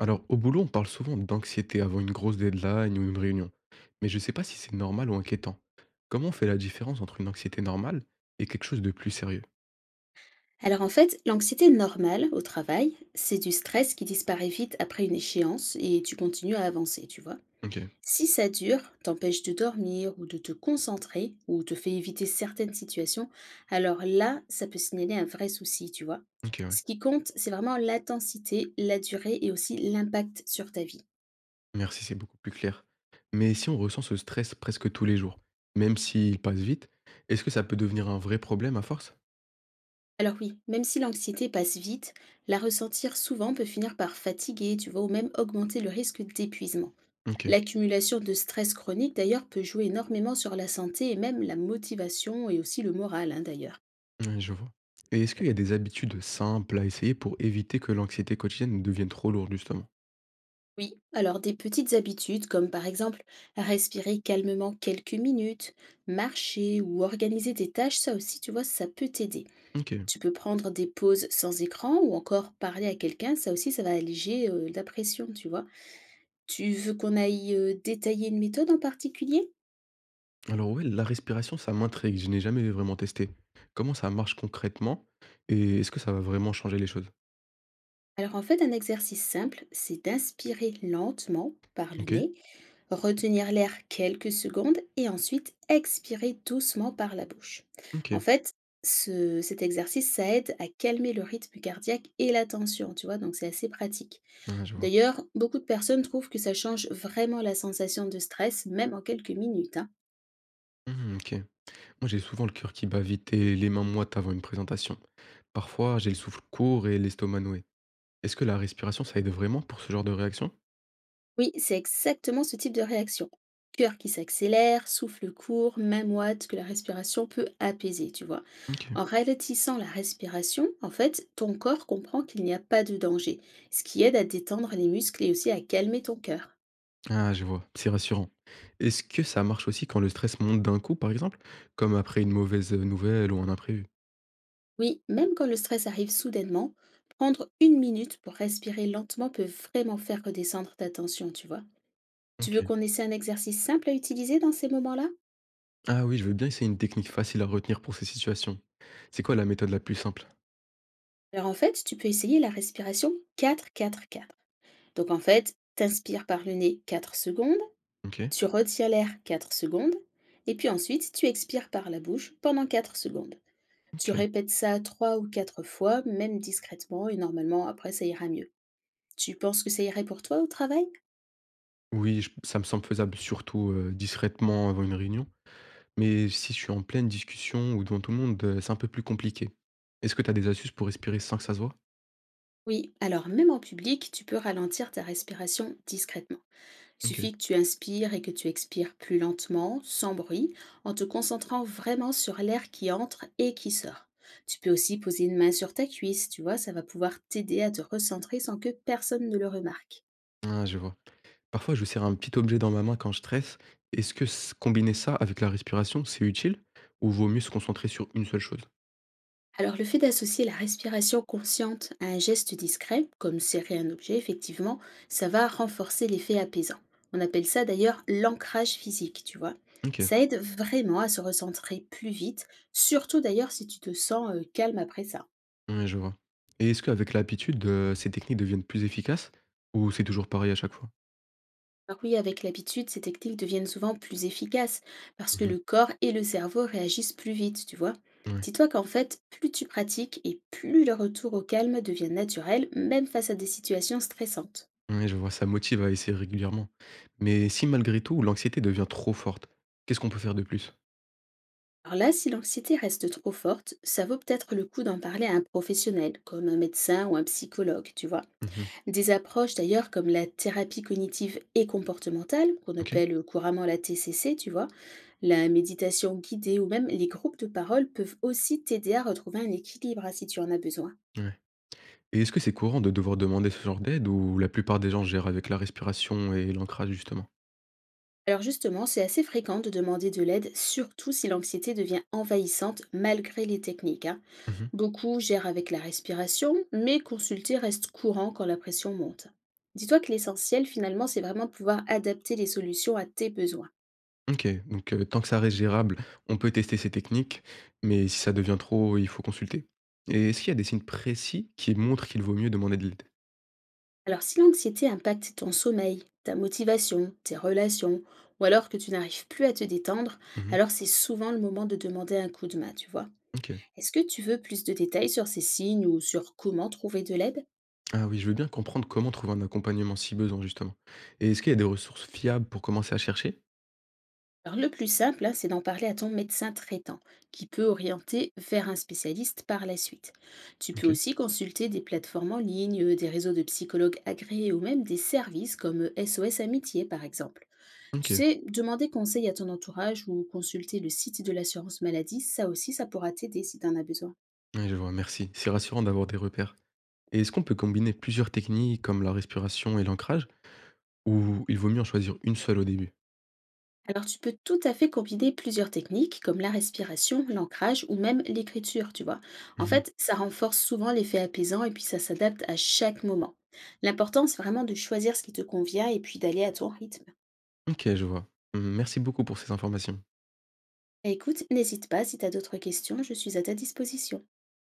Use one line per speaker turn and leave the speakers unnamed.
Alors, au boulot, on parle souvent d'anxiété avant une grosse deadline ou une réunion, mais je ne sais pas si c'est normal ou inquiétant. Comment on fait la différence entre une anxiété normale et quelque chose de plus sérieux?
Alors en fait, l'anxiété normale au travail, c'est du stress qui disparaît vite après une échéance et tu continues à avancer, tu vois.
Ok,
Si ça dure, t'empêche de dormir ou de te concentrer ou te fait éviter certaines situations, alors là, ça peut signaler un vrai souci, tu vois.
ok, ouais.
Ce qui compte, c'est vraiment l'intensité, la durée et aussi l'impact sur ta vie.
Merci, c'est beaucoup plus clair. Mais si on ressent ce stress presque tous les jours, même s'il passe vite, est-ce que ça peut devenir un vrai problème à force?
Alors oui, même si l'anxiété passe vite, la ressentir souvent peut finir par fatiguer, tu vois, ou même augmenter le risque d'épuisement.
Ok,
L'accumulation de stress chronique, d'ailleurs, peut jouer énormément sur la santé et même la motivation et aussi le moral, hein, d'ailleurs.
ouais, je vois. Et est-ce qu'il y a des habitudes simples à essayer pour éviter que l'anxiété quotidienne ne devienne trop lourde, justement?
Oui, alors, des petites habitudes comme par exemple respirer calmement quelques minutes, marcher ou organiser des tâches, ça aussi, tu vois, ça peut t'aider.
Ok.
Tu peux prendre des pauses sans écran ou encore parler à quelqu'un, ça aussi, ça va alléger la pression, tu vois. Tu veux qu'on aille détailler une méthode en particulier?
Alors ouais, la respiration, ça m'intrigue, je n'ai jamais vraiment testé. Comment ça marche concrètement et est-ce que ça va vraiment changer les choses?
Alors en fait, un exercice simple, c'est d'inspirer lentement par le
OK,
nez, retenir l'air quelques secondes et ensuite expirer doucement par la bouche. En
OK.
fait, cet exercice, ça aide à calmer le rythme cardiaque et la tension, tu vois, donc c'est assez pratique.
Ah, je vois.
D'ailleurs, beaucoup de personnes trouvent que ça change vraiment la sensation de stress, même en quelques minutes, hein.
Mmh, OK. Moi, j'ai souvent le cœur qui bat vite et les mains moites avant une présentation. Parfois, j'ai le souffle court et l'estomac noué. Est-ce que la respiration, ça aide vraiment pour ce genre de réaction?
Oui, c'est exactement ce type de réaction. Cœur qui s'accélère, souffle court, même ouate que la respiration peut apaiser, tu vois.
OK.
En ralentissant la respiration, en fait, ton corps comprend qu'il n'y a pas de danger, ce qui aide à détendre les muscles et aussi à calmer ton cœur.
Ah, je vois, c'est rassurant. Est-ce que ça marche aussi quand le stress monte d'un coup, par exemple, comme après une mauvaise nouvelle ou un imprévu?
Oui, même quand le stress arrive soudainement, prendre une minute pour respirer lentement peut vraiment faire redescendre ta tension, tu vois. Tu veux
OK.
qu'on essaie un exercice simple à utiliser dans ces moments-là?
Ah oui, je veux bien essayer une technique facile à retenir pour ces situations. C'est quoi la méthode la plus simple?
Alors en fait, tu peux essayer la respiration quatre, quatre, quatre. Donc en fait, t'inspires par le nez 4 secondes,
OK,
tu retires l'air 4 secondes, et puis ensuite tu expires par la bouche pendant 4 secondes. Tu
OK.
répètes ça 3 ou 4 fois, même discrètement, et normalement après ça ira mieux. Tu penses que ça irait pour toi au travail?
Oui, ça me semble faisable, surtout discrètement avant une réunion. Mais si je suis en pleine discussion ou devant tout le monde, c'est un peu plus compliqué. Est-ce que tu as des astuces pour respirer sans que ça se voit?
Oui, alors même en public, tu peux ralentir ta respiration discrètement.
OK.
Suffit que tu inspires et que tu expires plus lentement, sans bruit, en te concentrant vraiment sur l'air qui entre et qui sort. Tu peux aussi poser une main sur ta cuisse, tu vois, ça va pouvoir t'aider à te recentrer sans que personne ne le remarque.
Ah, je vois. Parfois, je serre un petit objet dans ma main quand je stresse. Est-ce que combiner ça avec la respiration, c'est utile? Ou vaut mieux se concentrer sur une seule chose?
Alors le fait d'associer la respiration consciente à un geste discret, comme serrer un objet effectivement, ça va renforcer l'effet apaisant. On appelle ça d'ailleurs l'ancrage physique, tu vois.
OK,
Ça aide vraiment à se recentrer plus vite, surtout d'ailleurs si tu te sens calme après ça.
ouais, je vois. Et est-ce qu'avec l'habitude, ces techniques deviennent plus efficaces? Ou c'est toujours pareil à chaque fois?
Alors oui, avec l'habitude, ces techniques deviennent souvent plus efficaces parce que
Mmh.
le corps et le cerveau réagissent plus vite, tu vois.
Ouais.
Dis-toi qu'en fait, plus tu pratiques et plus le retour au calme devient naturel, même face à des situations stressantes.
Ouais, je vois, ça motive à essayer régulièrement. Mais si malgré tout, l'anxiété devient trop forte, qu'est-ce qu'on peut faire de plus?
Alors là, si l'anxiété reste trop forte, ça vaut peut-être le coup d'en parler à un professionnel, comme un médecin ou un psychologue, tu vois.
Mmh.
Des approches d'ailleurs comme la thérapie cognitive et comportementale, qu'on
OK.
appelle couramment la TCC, tu vois, la méditation guidée ou même les groupes de parole peuvent aussi t'aider à retrouver un équilibre, hein, si tu en as besoin.
Ouais. Et est-ce que c'est courant de devoir demander ce genre d'aide ou la plupart des gens gèrent avec la respiration et l'ancrage justement?
Alors justement, c'est assez fréquent de demander de l'aide, surtout si l'anxiété devient envahissante malgré les techniques, hein.
Mmh.
Beaucoup gèrent avec la respiration, mais consulter reste courant quand la pression monte. Dis-toi que l'essentiel finalement, c'est vraiment de pouvoir adapter les solutions à tes besoins.
OK, donc tant que ça reste gérable, on peut tester ces techniques, mais si ça devient trop, il faut consulter. Et est-ce qu'il y a des signes précis qui montrent qu'il vaut mieux demander de l'aide?
Alors, si l'anxiété impacte ton sommeil, ta motivation, tes relations, ou alors que tu n'arrives plus à te détendre,
Mmh.
alors c'est souvent le moment de demander un coup de main, tu vois.
OK.
Est-ce que tu veux plus de détails sur ces signes ou sur comment trouver de l'aide?
Ah oui, je veux bien comprendre comment trouver un accompagnement si besoin justement. Et est-ce qu'il y a des ressources fiables pour commencer à chercher?
Alors, le plus simple, hein, c'est d'en parler à ton médecin traitant, qui peut orienter vers un spécialiste par la suite. Tu peux
OK.
aussi consulter des plateformes en ligne, des réseaux de psychologues agréés ou même des services comme SOS Amitié, par exemple. Tu
OK.
sais, demander conseil à ton entourage ou consulter le site de l'assurance maladie, ça aussi, ça pourra t'aider si tu en as besoin.
Ouais, je vois, merci. C'est rassurant d'avoir des repères. Et est-ce qu'on peut combiner plusieurs techniques comme la respiration et l'ancrage ou il vaut mieux en choisir une seule au début?
Alors, tu peux tout à fait combiner plusieurs techniques comme la respiration, l'ancrage ou même l'écriture, tu vois. En
Mmh.
fait, ça renforce souvent l'effet apaisant et puis ça s'adapte à chaque moment. L'important, c'est vraiment de choisir ce qui te convient et puis d'aller à ton rythme.
OK, je vois. Mmh, merci beaucoup pour ces informations.
Écoute, n'hésite pas si tu as d'autres questions, je suis à ta disposition.